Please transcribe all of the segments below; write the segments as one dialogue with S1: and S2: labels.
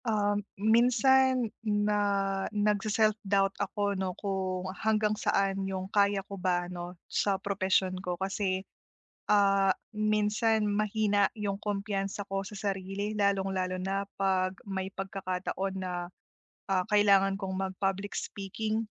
S1: Minsan na nagse-self-doubt ako 'no, kung hanggang saan yung kaya ko ba 'no, sa profession ko kasi, minsan mahina yung kumpiyansa ko sa sarili lalong-lalo na 'pag may pagkakataon na, kailangan kong mag-public speaking.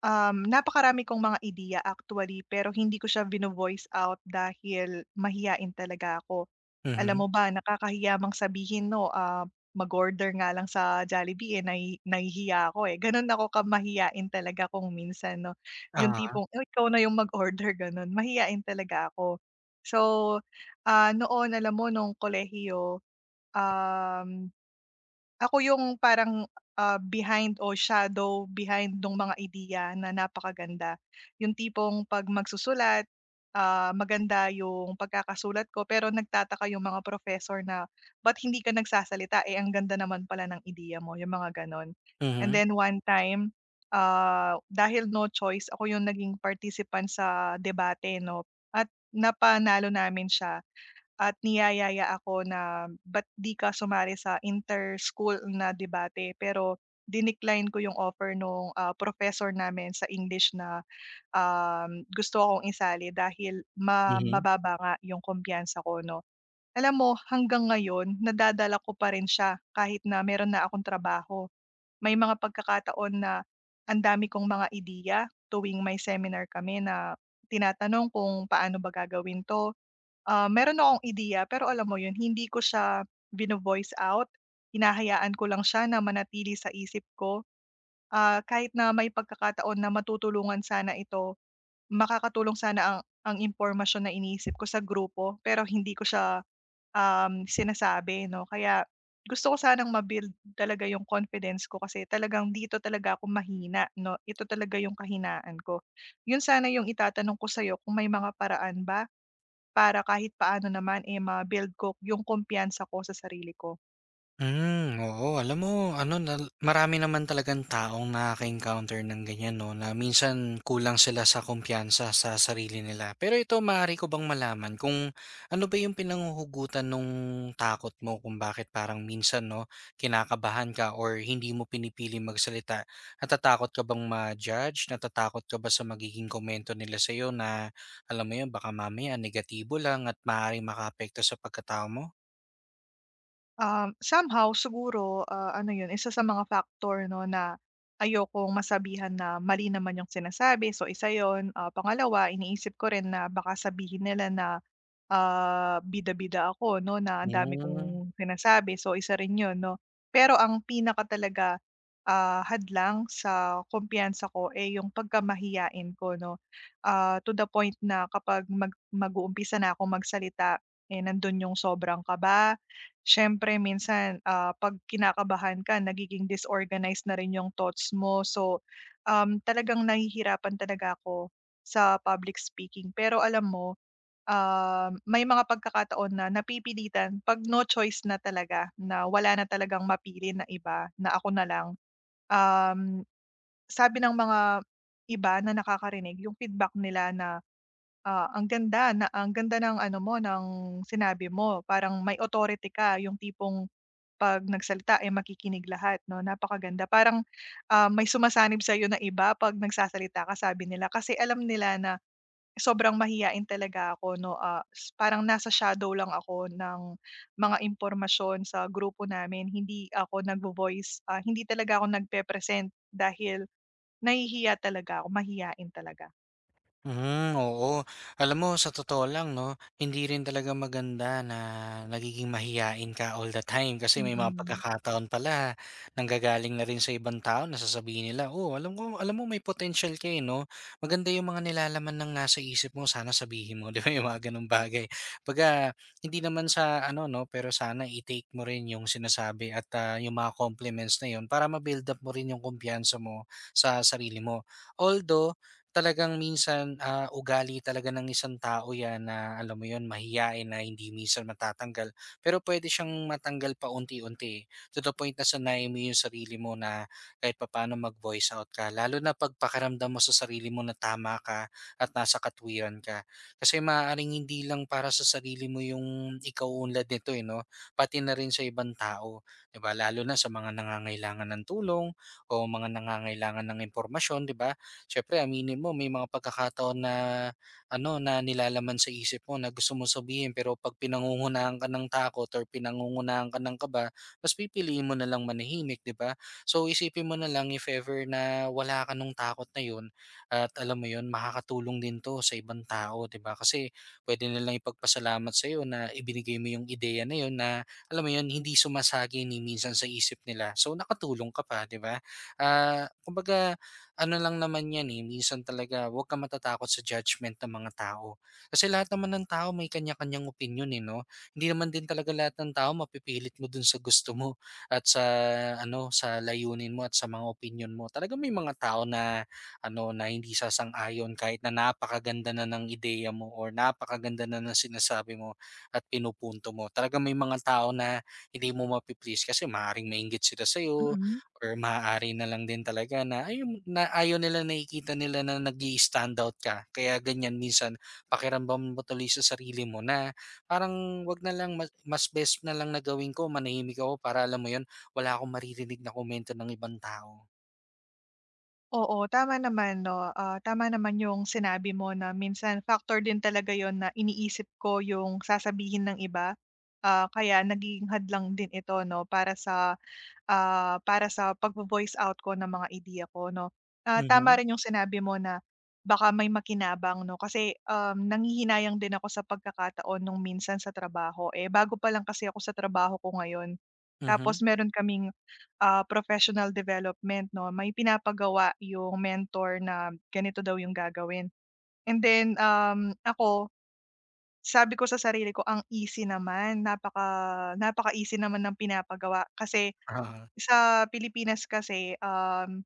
S1: Napakarami kong mga ideya actually, pero hindi ko siya vino-voice out dahil mahiyain talaga ako. Alam
S2: Mhm,
S1: mo ba, nakakahiya mang sabihin 'no, mag-order nga lang sa Jollibee, eh, nahihiya ako, eh. Gano'n ako ka-mahiyain talaga kung minsan 'no, yung
S2: oo.
S1: tipong, "Oh, ikaw na yung mag-order," gano'n. Mahiyain talaga ako. So, noon alam mo nung kolehiyo, um ako yung parang, behind o shadow behind nung mga ideya na napakaganda. Yung tipong 'pag magsusulat, maganda yung pagkakasulat ko pero nagtataka yung mga professor na, "Ba't hindi ka nagsasalita, eh, ang ganda naman pala ng ideya mo." Yung mga gano'n. And
S2: Mhm,
S1: then one time, dahil no choice ako yung naging participant sa debate 'no, at napanalo namin siya at niyayaya ako na, "Ba't 'di ka sumali sa inter-school na debate?" Pero dinikline ko yung offer nung, professor namin sa English na, gusto akong isali dahil ma
S2: mhm.
S1: mababa nga yung kumpiyansa ko 'no. Alam mo hanggang ngayon nadadala ko pa rin siya kahit na meron na akong trabaho. May mga pagkakataon na ang dami kong mga ideya tuwing may seminar kami na tinatanong kung paano ba gagawin 'to. Meron akong ideya pero alam mo yun, hindi ko siya vino-voice out, hinahayaan ko lang siya na manatili sa isip ko. Kahit na may pagkakataon na matutulungan sana ito, makakatulong sana ang impormasyon na iniisip ko sa grupo pero hindi ko siya, sinasabi 'no. Kaya gusto ko sanang ma-build talaga yung confidence ko kasi talagang dito talaga ako mahina 'no, ito talaga yung kahinaan ko. Yun sana yung itatanong ko sa'yo kung may mga paraan ba para kahit paano naman, eh, ma-build ko yung kumpiyansa ko sa sarili ko.
S2: Hmm, oo. Alam mo, ano, nal marami naman talagang taong nakaka-encounter ng ganyan 'no, na minsan kulang sila sa kumpiyansa sa sarili nila. Pero ito, maaari ko bang malaman kung ano ba yung pinanghuhugutan nung takot mo, kung bakit parang minsan 'no, kinakabahan ka or hindi mo pinipiling magsalita? Natatakot ka bang ma-judge? Natatakot ka ba sa magiging komento nila sa'yo na alam mo yun, baka mamaya negatibo lang at maaaring makaapekto sa pagkatao mo?
S1: Somehow siguro, ano yun, isa sa mga factor 'no na ayokong masabihan na mali naman yung sinasabi, so isa yon. Pangalawa, iniisip ko rin na baka sabihin nila na bida-bida ako 'no, na ang dami
S2: Hmm.
S1: kong sinasabi. So, isa rin 'yun 'no. Pero ang pinaka talaga, hadlang sa kumpiyansa ko, eh, yung pagkamahiyain ko 'no. To the point na kapag mag-uumpisa na akong magsalita, eh, nandun yung sobrang kaba. Siyempre minsan, 'pag kinakabahan ka nagiging disorganized na rin yung thoughts mo. So, talagang nahihirapan talaga ako sa public speaking. Pero alam mo, may mga pagkakataon na napipilitan 'pag no choice na talaga na wala na talagang mapili na iba, na ako na lang. Um, sabi ng mga iba na nakakarinig yung feedback nila na, "Ang ganda na ang ganda ng ano mo, ng sinabi mo." Parang may authority ka, yung tipong 'pag nagsalita, eh, makikinig lahat 'no, napakaganda. Parang, may sumasanib sa sa'yo na iba 'pag nagsasalita ka sabi nila, kasi alam nila na sobrang mahiyain talaga ako 'no, ah, s parang nasa shadow lang ako ng mga impormasyon sa grupo namin. Hindi ako nagvo-voice, hindi talaga ako nagpe-present dahil nahihiya talaga ako, mahiyain talaga.
S2: Mhm, oo. Alam mo, sa totoo lang 'no, hindi rin talaga maganda na nagiging mahiyain ka all the time, kasi may mga
S1: Mm,
S2: pagkakataon pala nanggagaling na rin sa ibang tao na sasabihin nila, "Oh, alam ko, alam mo may potential ka, eh, 'no. Maganda yung mga nilalaman ng nasa isip mo, sana sabihin mo." 'Di ba, yung mga gano'ng bagay. 'Baga hindi naman sa ano 'no, pero sana i-take mo rin yung sinasabi at, yung mga compliments na yun para ma-build up mo rin yung kumpiyansa mo sa sarili mo. Although talagang minsan, ugali talaga ng isang tao 'yan na alam mo yon, mahiyain na hindi minsan matatanggal. Pero pwede siyang matanggal pa unti, eh. To the point na sanayin mo 'yung sarili mo na kahit papaano mag-voice out ka, lalo na 'pag pakiramdam mo sa sarili mo na tama ka at nasa katwiran ka. Kasi maaaring hindi lang para sa sarili mo 'yung ikaw unlad nito, eh, 'no, pati na rin sa ibang tao, 'di ba? Lalo na sa mga nangangailangan ng tulong o mga nangangailangan ng impormasyon, 'di ba? Siyempre aminin mo, may mga pagkakataon na ano, na nilalaman sa isip mo na gusto mong sabihin, pero 'pag pinangungunahan ka ng takot or pinangungunahan ka ng kaba, mas pipiliin mo na lang manahimik, 'di ba? So, isipin mo na lang if ever na wala ka nung takot na 'yun at alam mo 'yun, makakatulong din 'to sa ibang tao, 'di ba? Kasi puwede nilang ipagpasalamat sa iyo na ibinigay mo yung ideya na 'yun na, alam mo 'yun, hindi sumasagi ni minsan sa isip nila. So, nakatulong ka pa, 'di ba? Kumbaga ano lang naman 'yan, eh, minsan talaga huwag kang matatakot sa judgment ng mga tao. Kasi lahat naman ng tao may kanya-kanyang opinyon, eh, 'no? Hindi naman din talaga lahat ng tao mapipilit mo dun sa gusto mo at sa ano, sa layunin mo at sa mga opinyon mo. Talaga, may mga tao na ano, na hindi sasang-ayon kahit na napakaganda na ng ideya mo or napakaganda na ng sinasabi mo at pinupunto mo. Talaga, may mga tao na hindi mo mapi-please, kasi maaaring mainggit sila sa'yo.
S1: mm.
S2: Or maaari na lang din talaga na ayun, na ayaw nila, nakikita nila na nag-i-standout ka, kaya ganyan minsan pakiramdam mo tuloy sa sarili mo na parang, wag na lang, mas mas best na lang na gawin ko manahimik ako, para alam mo yun, wala akong maririnig na komento ng ibang tao.
S1: Oo, tama naman 'no, tama naman yung sinabi mo na minsan factor din talaga yon na iniisip ko yung sasabihin ng iba, kaya nagiging hadlang din ito 'no para sa pag voice out ko ng mga ideya ko 'no. Tama
S2: Mhm,
S1: rin yung sinabi mo na baka may makinabang 'no, kasi, nanghihinayang din ako sa pagkakataon nung minsan sa trabaho, eh, bago pa lang kasi ako sa trabaho ko ngayon.
S2: mhm,
S1: Tapos meron kaming, professional development 'no, may pinapagawa yung mentor na ganito daw yung gagawin. And then, ako sabi ko sa sarili ko, "Ang easy naman, napaka-easy naman ng pinapagawa." Kasi
S2: oo,
S1: sa Pilipinas kasi,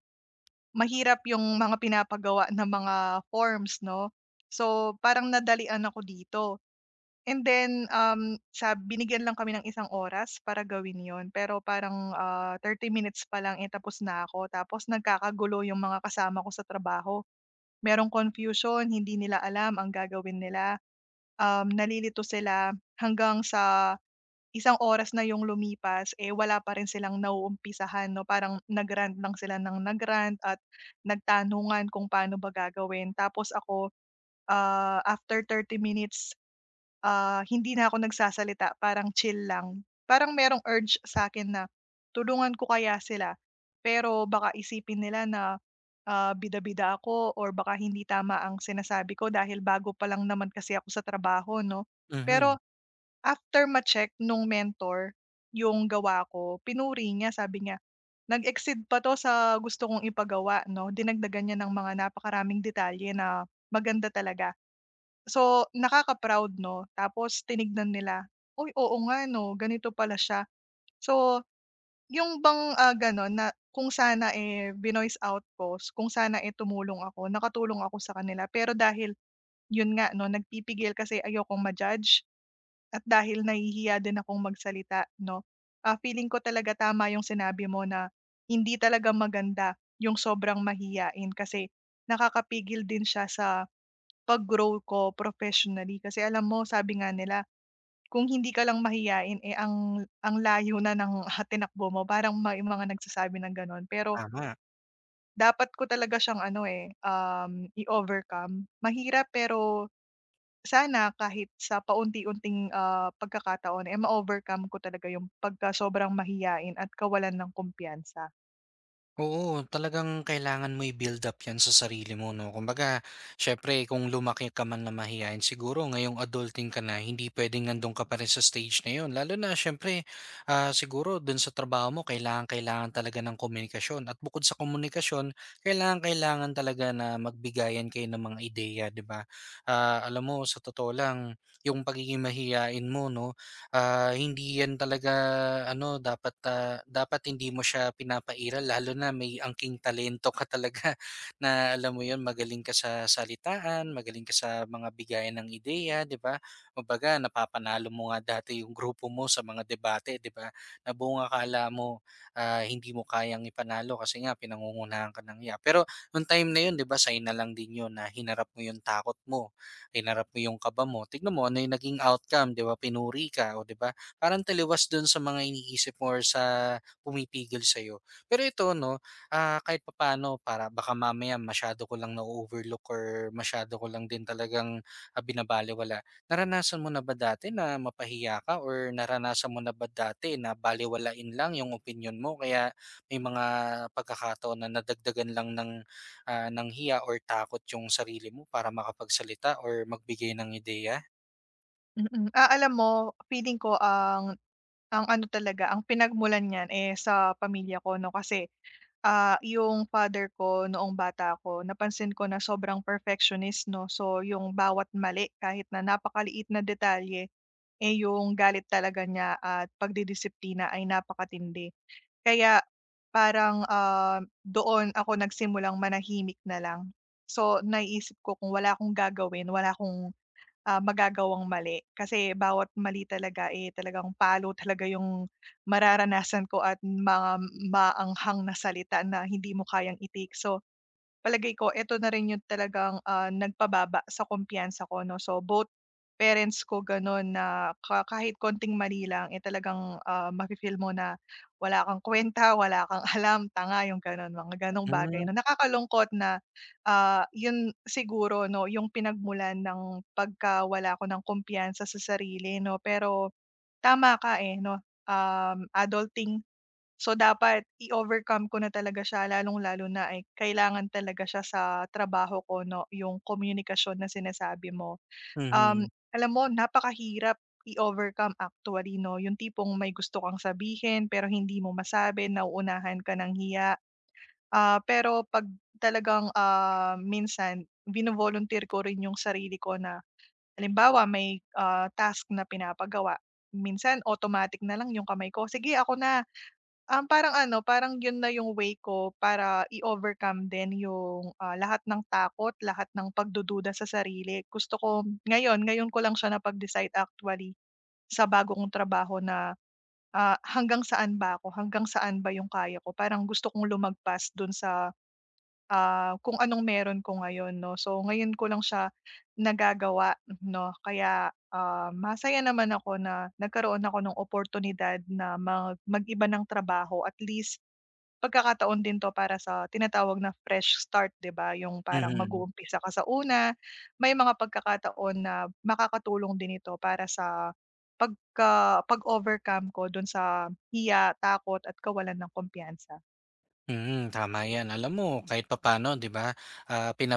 S1: mahirap yung mga pinapagawa ng mga forms 'no. So, parang nadalian ako dito, and then, sa binigyan lang kami ng isang oras para gawin 'yon pero parang, 30 minutes pa lang, eh, tapos na ako. Tapos nagkakagulo yung mga kasama ko sa trabaho. Merong confusion, hindi nila alam ang gagawin nila, nalilito sila hanggang sa isang oras na yung lumipas, eh, wala pa rin silang nauumpisahan 'no, parang nag-rant lang sila ng at nagtanungan kung paano ba gagawin. Tapos ako, after 30 minutes, hindi na ako nagsasalita, parang chill lang. Parang merong urge sa akin na tulungan ko kaya sila, pero baka isipin nila na, bida-bida ako or baka hindi tama ang sinasabi ko dahil bago pa lang naman kasi ako sa trabaho 'no. Pero
S2: mhm,
S1: after ma-check nung mentor yung gawa ko, pinuri niya, sabi niya, "Nag-exceed pa 'to sa gusto kong ipagawa 'no." Dinagdagan niya ng mga napakaraming detalye na maganda talaga. So, nakaka-proud 'no, tapos tinignan nila, "Uy, oo nga 'no, ganito pala siya." So, yung bang, gano'n na kung sana, eh, vinoice out ko, kung sana, eh, tumulong ako, nakatulong ako sa kanila pero dahil yun nga 'no, nagpipigil kasi ayokong ma-judge at dahil nahihiya din akong magsalita 'no. Feeling ko talaga tama yung sinabi mo na hindi talaga maganda yung sobrang mahiyain kasi nakakapigil din siya sa pag-grow ko professionally. Kasi alam mo sabi nga nila, kung hindi ka lang mahiyain, eh, ang layo na ng, tinakbo mo, parang may mga nagsasabi ng gano'n. Pero
S2: tama.
S1: dapat ko talaga siyang ano, eh, i-overcome. Mahirap pero sana kahit sa paunti-unting, pagkakataon, eh, ma-overcome ko talaga yung pagka-sobrang mahiyain at kawalan ng kumpiyansa.
S2: Oo, talagang kailangan mo i-build up 'yan sa sarili mo 'no. Kumbaga, siyempre kung lumaki ka man na mahiyain, siguro ngayong adulting ka na, hindi puwedeng nando'n ka pa rin sa stage na 'yon. Lalo na siyempre, siguro do'n sa trabaho mo kailangan-kailangan talaga ng komunikasyon, at bukod sa komunikasyon, kailangan-kailangan talaga na magbigayan kayo ng mga ideya, 'di ba? Alam mo sa totoo lang, yung pagiging mahiyain mo 'no, hindi yan talaga ano, dapat, dapat hindi mo siya pinapairal, lalo na may angking talento ka talaga na alam mo yun, magaling ka sa salitaan, magaling ka sa mga bigayan ng ideya, 'di ba? Kumbaga napapanalo mo nga dati yung grupo mo sa mga debate, 'di ba? Na buong akala mo hindi mo kayang ipanalo kasi nga pinangungunahan ka ng hiya. Pero nung time na yun, 'di ba, sign na lang din yun na hinarap mo yung takot mo, hinarap mo yung kaba mo, tignan mo ano yung naging outcome, 'di ba? Pinuri ka, o 'di ba? Parang taliwas dun sa mga iniisip mo or sa pumipigil sa'yo. Pero ito, no, kahit papaano, para baka mamaya masyado ko lang na-overlook or masyado ko lang din talagang binabalewala. Naranasan mo na ba dati na mapahiya ka, or naranasan mo na ba dati na balewalain lang yung opinion mo, kaya may mga pagkakataon na nadagdagan lang ng ng hiya or takot yung sarili mo para makapagsalita or magbigay ng ideya?
S1: Mm. Alam mo feeling ko ang ano talaga, ang pinagmulan niyan, eh, sa pamilya ko 'no kasi, yung father ko noong bata ako napansin ko na sobrang perfectionist 'no. So, yung bawat mali kahit na napakaliit na detalye, eh, yung galit talaga niya at pagdidisiplina ay napakatindi. Kaya parang, doon ako nagsimulang manahimik na lang. So, naisip ko kung wala akong gagawin, wala akong, magagawang mali. Kasi bawat mali talaga, eh, talagang palo talaga yung mararanasan ko at mga maanghang na salita na hindi mo kayang i-take. So, palagay ko eto na rin yung talagang, nagpababa sa kumpiyansa ko 'no. So, both parents ko gano'n na kahit konting mali lang, eh, talagang, mafi-feel mo na wala kang kuwenta, wala kang alam, tanga, yung gano'n, mga gano'ng bagay
S2: Hmm,
S1: 'no. Nakakalungkot na, yun siguro 'no, yung pinagmulan ng pagkawala ko ng kumpiyansa sa sarili 'no. Pero tama ka, eh, 'no, adulting. So, dapat i-overcome ko na talaga siya lalong-lalo na ay kailangan talaga siya sa trabaho ko 'no, yung komunikasyon na sinasabi mo. Um,
S2: mhm,
S1: alam mo napakahirap i-overcome actually 'no, yung tipong may gusto kang sabihin pero hindi mo masabi, nauunahan ka ng hiya. Pero 'pag talagang, minsan vino-volunteer ko rin yung sarili ko na halimbawa may, task na pinapagawa, minsan automatic na lang yung kamay ko, "Sige ako na." Parang ano, parang yun na yung way ko para i-overcome din yung, lahat ng takot, lahat ng pagdududa sa sarili. Gusto ko ngayon, ngayon ko lang siya napag-decide actually sa bago kong trabaho na, hanggang saan ba ako, hanggang saan ba yung kaya ko. Parang gusto kong lumagpas dun sa, kung anong meron ko ngayon 'no. So ngayon ko lang siya nagagawa 'no, kaya, masaya naman ako na nagkaroon ako ng oportunidad na mag-iba ng trabaho. At least, pagkakataon din 'to para sa tinatawag na fresh start, 'di ba, yung parang
S2: mhm.
S1: mag-uumpisa ka sa una. May mga pagkakataon na makakatulong din ito para sa pag-overcome ko dun sa hiya, takot at kawalan ng kumpiyansa.
S2: Mm, tama 'yan. Alam mo, kahit papaano 'di ba, pina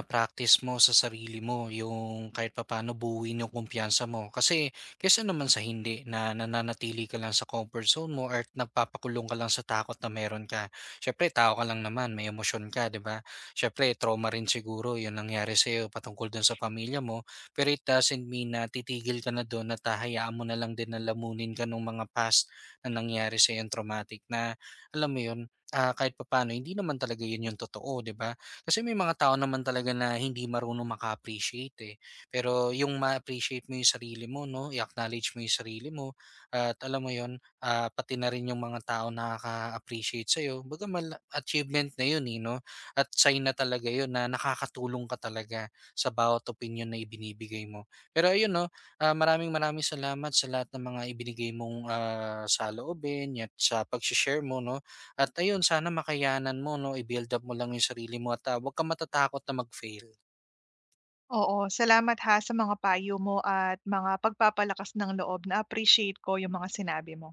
S2: mo sa sarili mo yung kahit papaano buuin yung kumpiyansa mo. Kasi kaysa naman sa hindi, na nananatili ka lang sa comfort zone mo or nagpapakulong ka lang sa takot na meron ka. Syempre tao ka lang naman, may emosyon ka, 'di ba? Syempre trauma rin siguro yung nangyari sa'yo patungkol dun sa pamilya mo, pero it doesn't mean na titigil ka na dun at hahayaan mo na lang din na lamunin ka ng mga past na nangyari sa'yo, yung traumatic na alam mo 'yun. Kahit papaano hindi naman talaga 'yun 'yung totoo, 'di ba? Kasi may mga tao naman talaga na hindi marunong maka-appreciate, eh. Pero 'yung ma-appreciate mo 'yung sarili mo 'no, i-acknowledge mo 'yung sarili mo at alam mo 'yun, pati na rin 'yung mga tao na nakaka-appreciate sa'yo, kumbaga mala achievement na 'yun, eh, 'no? At sign na talaga 'yun na nakakatulong ka talaga sa bawat opinyon na ibinibigay mo. Pero ayun 'no, maraming maraming salamat sa lahat ng mga ibinigay mong, saloobin at sa pagse-share mo 'no. At ayun, sana makayanan mo 'no, i-build up mo lang yung sarili mo at, 'wag kang matatakot na mag-fail.
S1: Oo, salamat ha sa mga payo mo at mga pagpapalakas ng loob. Na-appreciate ko yung mga sinabi mo.